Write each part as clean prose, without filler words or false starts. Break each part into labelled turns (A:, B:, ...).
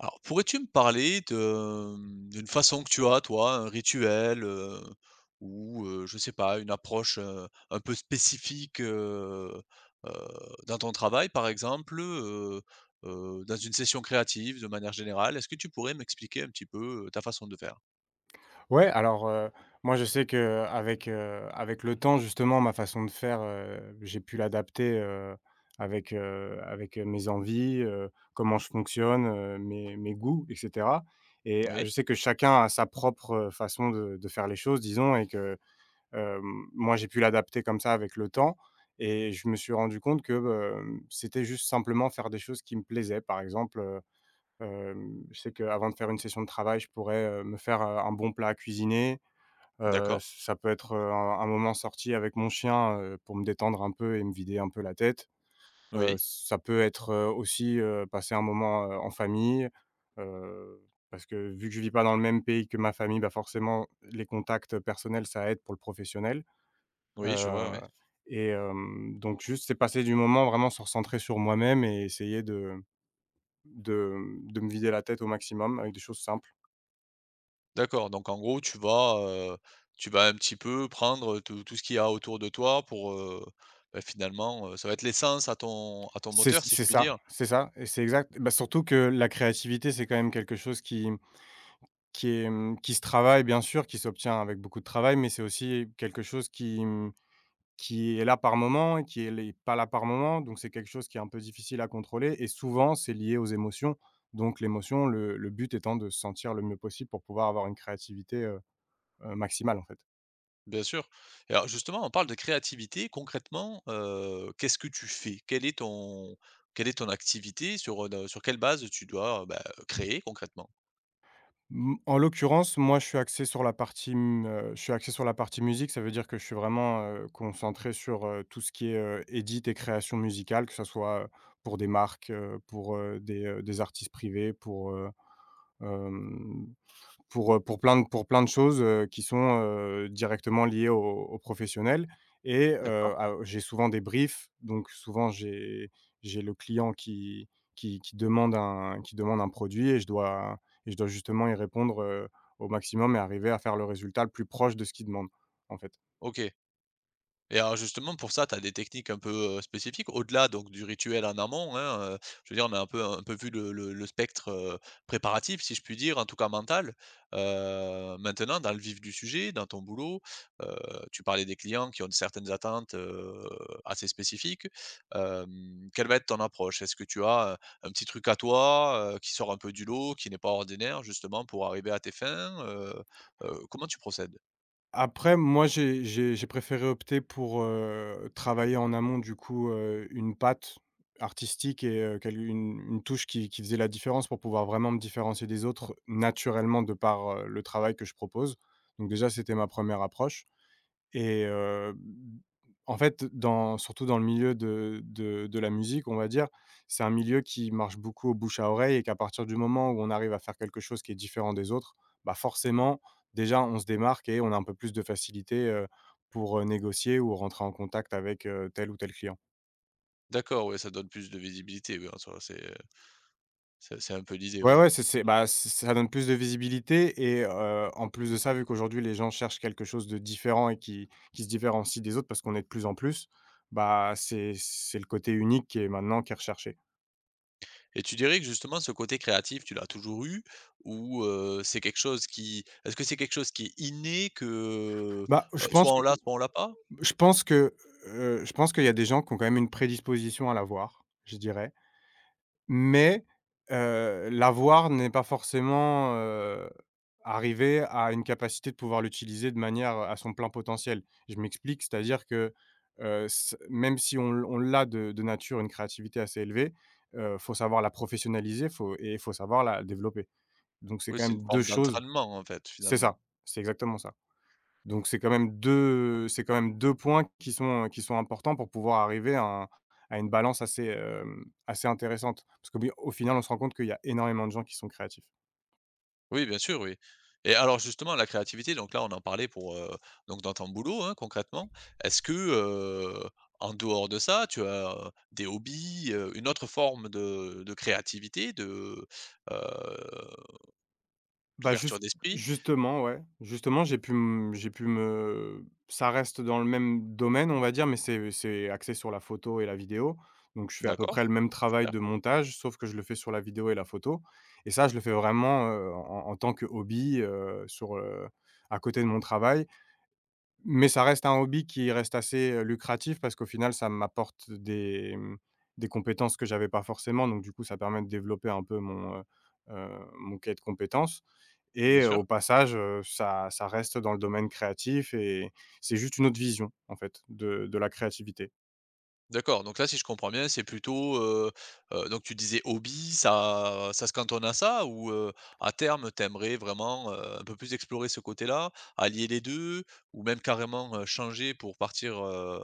A: Alors, pourrais-tu me parler de, mmh, d'une façon que tu as, toi, un rituel, ou je sais pas, une approche, un peu spécifique, heu, dans ton travail, par exemple, dans une session créative, de manière générale? Est-ce que tu pourrais m'expliquer un petit peu, ta façon de faire?
B: Ouais, alors, moi, je sais avec le temps, justement, ma façon de faire, j'ai pu l'adapter, avec, mes envies, comment je fonctionne, mes goûts et cetera et
A: Oui,
B: je sais que chacun a sa propre, façon de faire les choses, disons. Moi, j'ai pu l'adapter comme ça avec le temps et je me suis rendu compte que c'était juste simplement faire des choses qui me plaisaient. Par exemple, je sais qu'avant de faire une session de travail, je pourrais, me faire, un bon plat à cuisiner.
A: d'accord.
B: Ça peut être, un moment sorti avec mon chien, pour me détendre un peu et me vider un peu la tête.
A: Oui,
B: Ça peut être, aussi, passer un moment, en famille, heu, parce que vu que je vis pas dans le même pays que ma famille, bah, forcément les contacts personnels, ça aide pour le professionnel.
A: oui, je vois,
B: Heu
A: oui.
B: donc juste, c'est passer du moment vraiment se recentrer sur moi-même et essayer de de me vider la tête au maximum avec des choses simples.
A: D'accord, donc en gros, tu vas un petit peu prendre, tout ce qu'il y a autour de toi pour, bah, finalement, ça va être l'essence à ton
B: C'est
A: moteur, si je
B: c'est
A: puis
B: ça,
A: dire?
B: c'est ça et c'est exact. Bah, surtout que la créativité, c'est quand même quelque chose qui qui se travaille bien sûr, qui s'obtient avec beaucoup de travail, mais c'est aussi quelque chose qui qui est là par moment et qui est pas là par moment, donc c'est quelque chose qui est un peu difficile à contrôler et souvent c'est lié aux émotions, donc l'émotion, le but étant de se sentir le mieux possible pour pouvoir avoir une créativité, maximale, en fait.
A: Bien sûr et alors justement, on parle de créativité. Concrètement, qu'est-ce que tu fais? Quelle est ton activité? Sur, sur quelle base tu dois, bah, créer concrètement?
B: Mmh, en l'occurrence, moi, je suis axé sur la partie, je suis axé sur la partie musique. Ça veut dire que je suis vraiment, concentré sur, tout ce qui est, edit et création musicale, que ce soit, pour des marques, pour, des artistes privés, hem Pour pour plein de choses, qui sont, directement liées aux aux professionnels et
A: D'accord,
B: à j'ai souvent des briefs, donc souvent j'ai le client qui qui demande un produit et je dois justement y répondre, au maximum et arriver à faire le résultat le plus proche de ce qu'il demande, en fait.
A: OK. Et alors justement pour ça, tu as des techniques un peu, spécifiques au-delà donc du rituel en amont, hein, je veux dire on a un peu vu le spectre, préparatif si je puis dire, en tout cas mental. Maintenant dans le vif du sujet, dans ton boulot, heu, tu parlais des clients qui ont certaines attentes, assez spécifiques. Hem, quelle va être ton approche? Est-ce que tu as, un petit truc à toi, qui sort un peu du lot, qui n'est pas ordinaire justement pour arriver à tes fins? Comment tu procèdes?
B: Après, moi, j'ai préféré opter pour, travailler en amont, du coup, une patte artistique et quelle une touche qui faisait la différence pour pouvoir vraiment me différencier des autres naturellement de par, le travail que je propose. Donc déjà, c'était ma première approche. Et en fait, dans surtout dans le milieu de la musique, on va dire, c'est un milieu qui marche beaucoup au bouche à oreille et qu'à partir du moment où on arrive à faire quelque chose qui est différent des autres, bah, forcément, déjà, on se démarque et on a un peu plus de facilité, pour, négocier ou rentrer en contact avec, tel ou tel client.
A: D'accord, oui, ça donne plus de visibilité, oui en soi c'est un peu l'idée,
B: Ouais,
A: oui.
B: ouais, c'est bah, ç ça donne plus de visibilité et en plus de ça, vu qu'aujourd'hui les gens cherchent quelque chose de différent et qui se différencie des autres parce qu'on est de plus en plus, bah, c'est le côté unique qui est maintenant qui est recherché.
A: Et tu dirais que justement ce côté créatif, tu l'as toujours eu ou c'est quelque chose qui est-ce que c'est quelque chose qui est inné que,
B: Bah,
A: soit on l'a pas?
B: je pense que, je pense qu'il y a des gens qui ont quand même une prédisposition à l'avoir, je dirais. Mais, l'avoir n'est pas forcément, arrivé à une capacité de pouvoir l'utiliser de manière, à son plein potentiel. Je m'explique, c'est-à-dire que, c même si on l'a de nature, une créativité assez élevée, faut savoir la professionnaliser, faut et il faut savoir la développer. Donc c'est
A: Oui,
B: quand
A: c'est une
B: même 2
A: forme
B: choses.
A: d'entraînement en fait,
B: C'est
A: finalement.
B: ça, c'est exactement ça. Donc c'est quand même 2 points qui sont importants pour pouvoir arriver à un à une balance assez, assez intéressante. Parce qu'au bi au final, on se rend compte qu'il y a énormément de gens qui sont créatifs.
A: Oui, bien sûr, oui. Et alors justement la créativité, donc là on en parlait pour, donc dans ton boulot, hein, concrètement. Est-ce que, en dehors de ça, tu as des hobbies, une autre forme de créativité, de, heu,
B: Bah,
A: d'ouverture d'esprit?
B: justement, j'ai pu m j'ai pu me ça reste dans le même domaine, on va dire, mais c'est axé sur la photo et la vidéo. Donc je fais à peu près le
A: D'accord,
B: même travail
A: super,
B: de montage, sauf que je le fais sur la vidéo et la photo. Et ça, je le fais vraiment, en en tant que hobby, à côté de mon travail. Mais ça reste un hobby qui reste assez, lucratif parce qu'au final, ça m'apporte des, des compétences que j'avais pas forcément. Donc du coup, ça permet de développer un peu mon, heu, mon cahier de compétences
A: bien
B: et
A: sûr.
B: au passage, ça reste dans le domaine créatif et c'est juste une autre vision, en fait, de la créativité.
A: D'accord, donc là, si je comprends bien, c'est plutôt, donc tu disais hobby, ça se cantonne à ça ou, à terme, t'aimerais vraiment, un peu plus explorer ce côté-là, allier les 2 ou même carrément, changer pour partir, heu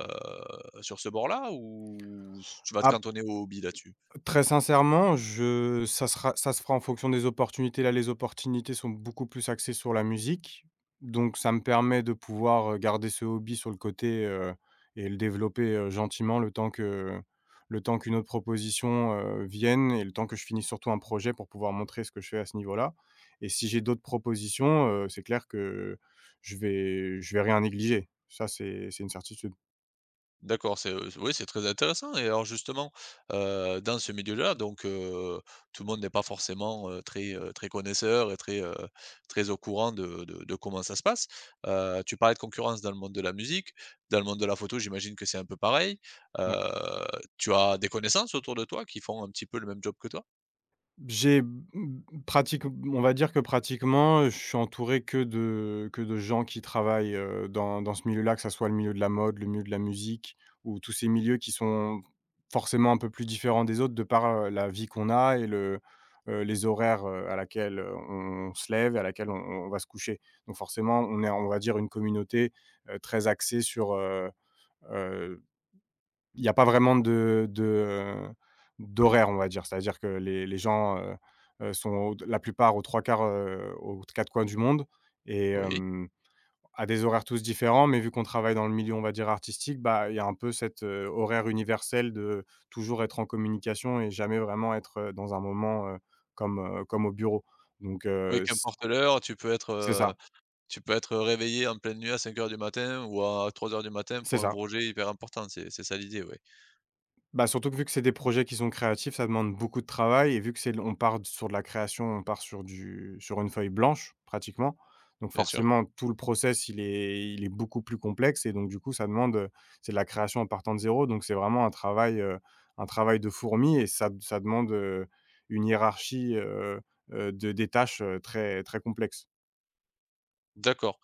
A: heu, sur ce bord-là ou tu vas te cantonner au hobby là-dessus?
B: Très sincèrement, je ça sera ça se fera en fonction des opportunités. Là, les opportunités sont beaucoup plus axées sur la musique, donc ça me permet de pouvoir, garder ce hobby sur le côté, et le développer, gentiment le temps qu'une autre proposition, vienne et le temps que je finisse surtout un projet pour pouvoir montrer ce que je fais à ce niveau-là et si j'ai d'autres propositions, c'est clair que je vais rien négliger. Ça, c'est une certitude.
A: D'accord, c'est, oui, c'est très intéressant et alors justement, dans ce milieu-là, donc tout le monde n'est pas forcément, très, très connaisseur et très, très au courant de comment ça se passe. Tu parlais de concurrence dans le monde de la musique, dans le monde de la photo, j'imagine que c'est un peu pareil.
B: Ouais.
A: Heu, tu as des connaissances autour de toi qui font un petit peu le même job que toi?
B: J'ai mmh, pratique On va dire que pratiquement, je suis entouré que de gens qui travaillent, dans ce milieu-là, que ça soit le milieu de la mode, le milieu de la musique ou tous ces milieux qui sont forcément un peu plus différents des autres de par, la vie qu'on a et les horaires, à laquelle, on se lève et à laquelle on va se coucher. Donc forcément, on est, on va dire, une communauté, très axée sur, heu il n'y a pas vraiment de d'horaire, on va dire. C'est-à-dire que les gens, sont aux la plupart aux 3 quarts, aux 4 coins du monde et
A: Oui.
B: à des horaires tous différents, mais vu qu'on travaille dans le milieu, on va dire artistique, bah, il y a un peu cet horaire universel de toujours être en communication et jamais vraiment être, dans un moment, comme au bureau. Donc
A: Oui,
B: heu, c
A: qu'importe l'heure,
B: c'est ça,
A: tu peux être réveillé en pleine nuit à 5 heures du matin ou à 3 heures du matin
B: c'est
A: pour un
B: ça.
A: projet hyper important, c'est ça l'idée, oui.
B: Bah, surtout que vu que c'est des projets qui sont créatifs, ça demande beaucoup de travail et vu que c'est on part d sur de la création, on part sur une feuille blanche pratiquement. Donc
A: Bien sûr.
B: forcément tout le process il est beaucoup plus complexe et donc du coup ça demande, c'est de la création en partant de zéro donc c'est vraiment un travail de fourmi et ça demande, une hiérarchie, de des tâches, très très complexe.
A: D'accord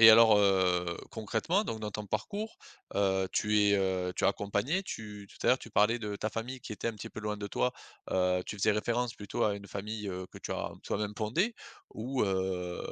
A: et alors, concrètement, donc dans ton parcours, tu es, tu as accompagné, tu tout à l'heure tu parlais de ta famille qui était un petit peu loin de toi, tu faisais référence plutôt à une famille, que tu as toi-même fondée ou,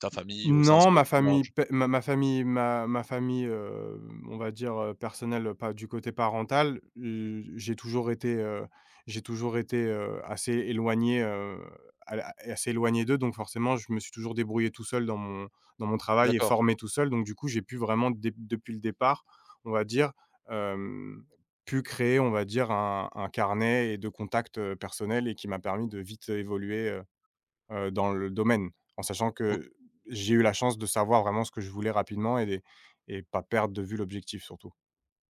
A: ta famille au sens
B: Non,
A: plus
B: ma famille
A: large?
B: pe ma ma famille, on va dire, personnelle, pas du côté parental, j'ai toujours été, assez éloigné, à la assez éloigné d'eux donc forcément je me suis toujours débrouillé tout seul dans mon travail et
A: D'accord,
B: formé tout seul donc du coup j'ai pu vraiment dé depuis le départ, on va dire, hem, pu créer on va dire un carnet de contacts, personnels et qui m'a permis de vite évoluer, dans le domaine. En sachant
A: OK
B: que j'ai eu la chance de savoir vraiment ce que je voulais rapidement et pas perdre de vue l'objectif surtout.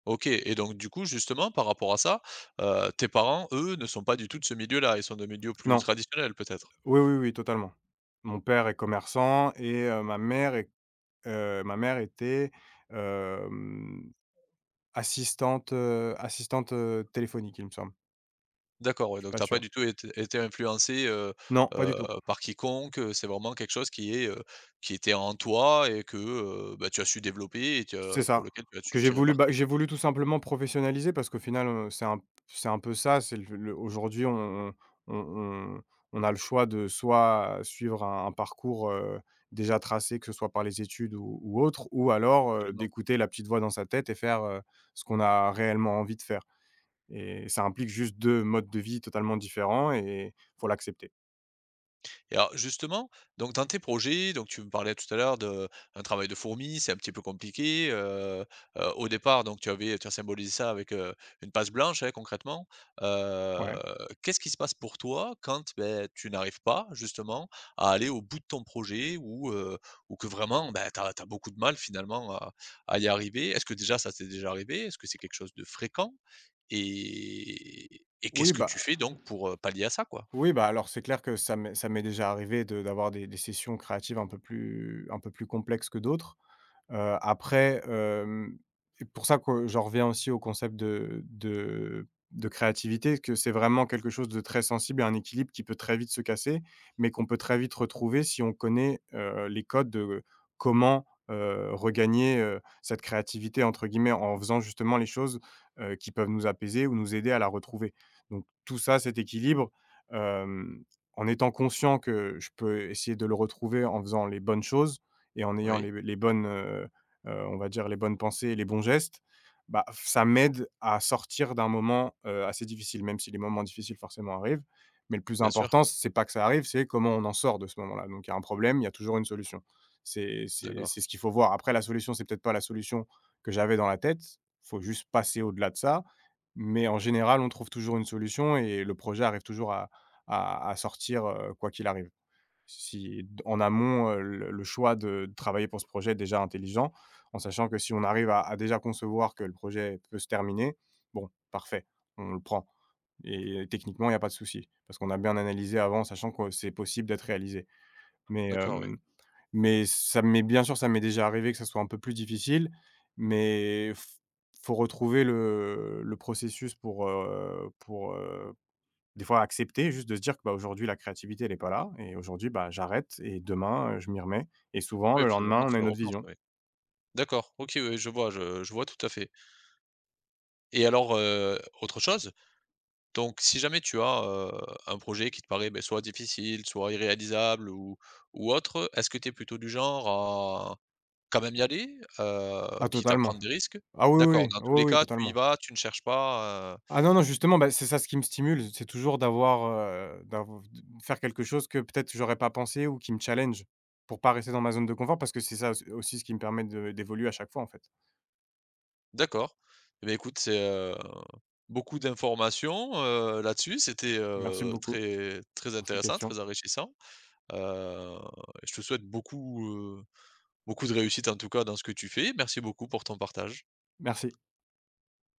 A: OK et donc du coup, justement, par rapport à ça, tes parents, eux, ne sont pas du tout de ce milieu-là, ils sont de milieux plus
B: Non,
A: traditionnels peut-être?
B: oui, oui, oui, totalement. Mon père est commerçant et ma mère était, hem, assistante, assistante, téléphonique, il me semble.
A: D'accord, ouais,
B: Je suis
A: donc
B: pas
A: t'as pas
B: sûr.
A: du tout été influencé,
B: Non, pas
A: heu,
B: du tout.
A: par quiconque, c'est vraiment quelque chose qui est, qui était en toi et que, bah, tu as su développer et tu as
B: C'est
A: pour
B: ça,
A: lequel tu as
B: que
A: su
B: j'ai
A: tirer
B: voulu, bah,
A: parti.
B: j'ai voulu tout simplement professionnaliser parce qu'au final, c'est un c'est le aujourd'hui on on on a le choix de soit suivre un parcours, déjà tracé, que ce soit par les études ou autre, ou alors,
A: Absolument.
B: d'écouter la petite voix dans sa tête et faire, ce qu'on a réellement envie de faire et ça implique juste 2 modes de vie totalement différents et faut l'accepter.
A: Et alors justement, donc dans tes projets, donc tu me parlais tout à l'heure de un travail de fourmi, c'est un petit peu compliqué. Au départ, donc tu as symbolisé ça avec, une passe blanche, hein, concrètement. Heu,
B: Ouais.
A: Qu'est-ce qui se passe pour toi quand, beh, tu n'arrives pas justement à aller au bout de ton projet ou que vraiment, bah, tu as beaucoup de mal finalement à y arriver? Est-ce que déjà ça t'est déjà arrivé? Est-ce que c'est quelque chose de fréquent? Et qu'est-ce
B: Oui,
A: que tu
B: bah
A: fais donc pour, pallier à ça, quoi?
B: Oui, bah, alors c'est clair que ça m'est déjà arrivé de d'avoir des sessions créatives un peu plus complexes que d'autres. Après, c'est pour ça que j'en reviens aussi au concept de créativité, que c'est vraiment quelque chose de très sensible et un équilibre qui peut très vite se casser, mais qu'on peut très vite retrouver si on connaît, les codes de comment, regagner, cette «créativité» entre guillemets en faisant justement les choses, qui peuvent nous apaiser ou nous aider à la retrouver. Donc tout ça, cet équilibre, hem, en étant conscient que je peux essayer de le retrouver en faisant les bonnes choses, et en ayant
A: Oui,
B: les bonnes, on va dire les bonnes pensées et les bons gestes, bah, ça m'aide à sortir d'un moment, assez difficile, même si les moments difficiles forcément arrivent. Mais le plus
A: bien sûr,
B: important, c'est pas que ça arrive, c'est comment on en sort de ce moment-là. Donc il y a un problème, il y a toujours une solution. C'est c'est
A: d'accord.
B: c'est ce qu'il faut voir. Après la solution, c'est peut-être pas la solution que j'avais dans la tête, faut juste passer au-delà de ça. Mais en général, on trouve toujours une solution et le projet arrive toujours à sortir, quoi qu'il arrive. Si en amont, le choix de travailler pour ce projet est déjà intelligent, en sachant que si on arrive à déjà concevoir que le projet peut se terminer, bon, parfait, on le prend et techniquement, il n'y a pas de souci parce qu'on a bien analysé avant, sachant que c'est possible d'être réalisé. Mais,
A: D'accord, oui.
B: ça m'est bien sûr, ça m'est déjà arrivé que ça soit un peu plus difficile, mais f faut retrouver le processus pour, des fois accepter juste de se dire que, bah, aujourd'hui la créativité elle est pas là et aujourd'hui, bah, j'arrête et demain, je m'y remets et souvent
A: Oui,
B: le
A: finalement,
B: lendemain, on
A: tu
B: a
A: le
B: une autre
A: replantes,
B: vision.
A: oui. D'accord, OK, oui, je vois, je vois tout à fait et alors, autre chose, donc si jamais tu as, un projet qui te paraît, beh, soit difficile, soit irréalisable ou autre, est-ce que tu es plutôt du genre à quand même y aller,
B: Ah
A: quitte à
B: totalement.
A: prendre des risques?
B: Ah oui, oui,
A: D'accord,
B: oui.
A: dans tous les
B: Oui, oui,
A: cas, tu y
B: totalement.
A: vas, tu ne cherches pas,
B: Ah non, non, justement, bah, c'est ça ce qui me stimule, c'est toujours d'avoir, d'av de faire quelque chose que peut-être j'aurais pas pensé ou qui me challenge pour pas rester dans ma zone de confort parce que c'est ça aussi ce qui me permet de d'évoluer à chaque fois, en fait.
A: d'accord. Eh beh, écoute, c'est, beaucoup d'informations, là-dessus, c'était,
B: Merci beaucoup
A: très très
B: pour ces
A: intéressant,
B: questions.
A: très enrichissant. Heu, je te souhaite beaucoup, beaucoup de réussite en tout cas dans ce que tu fais. Merci beaucoup pour ton partage.
B: Merci.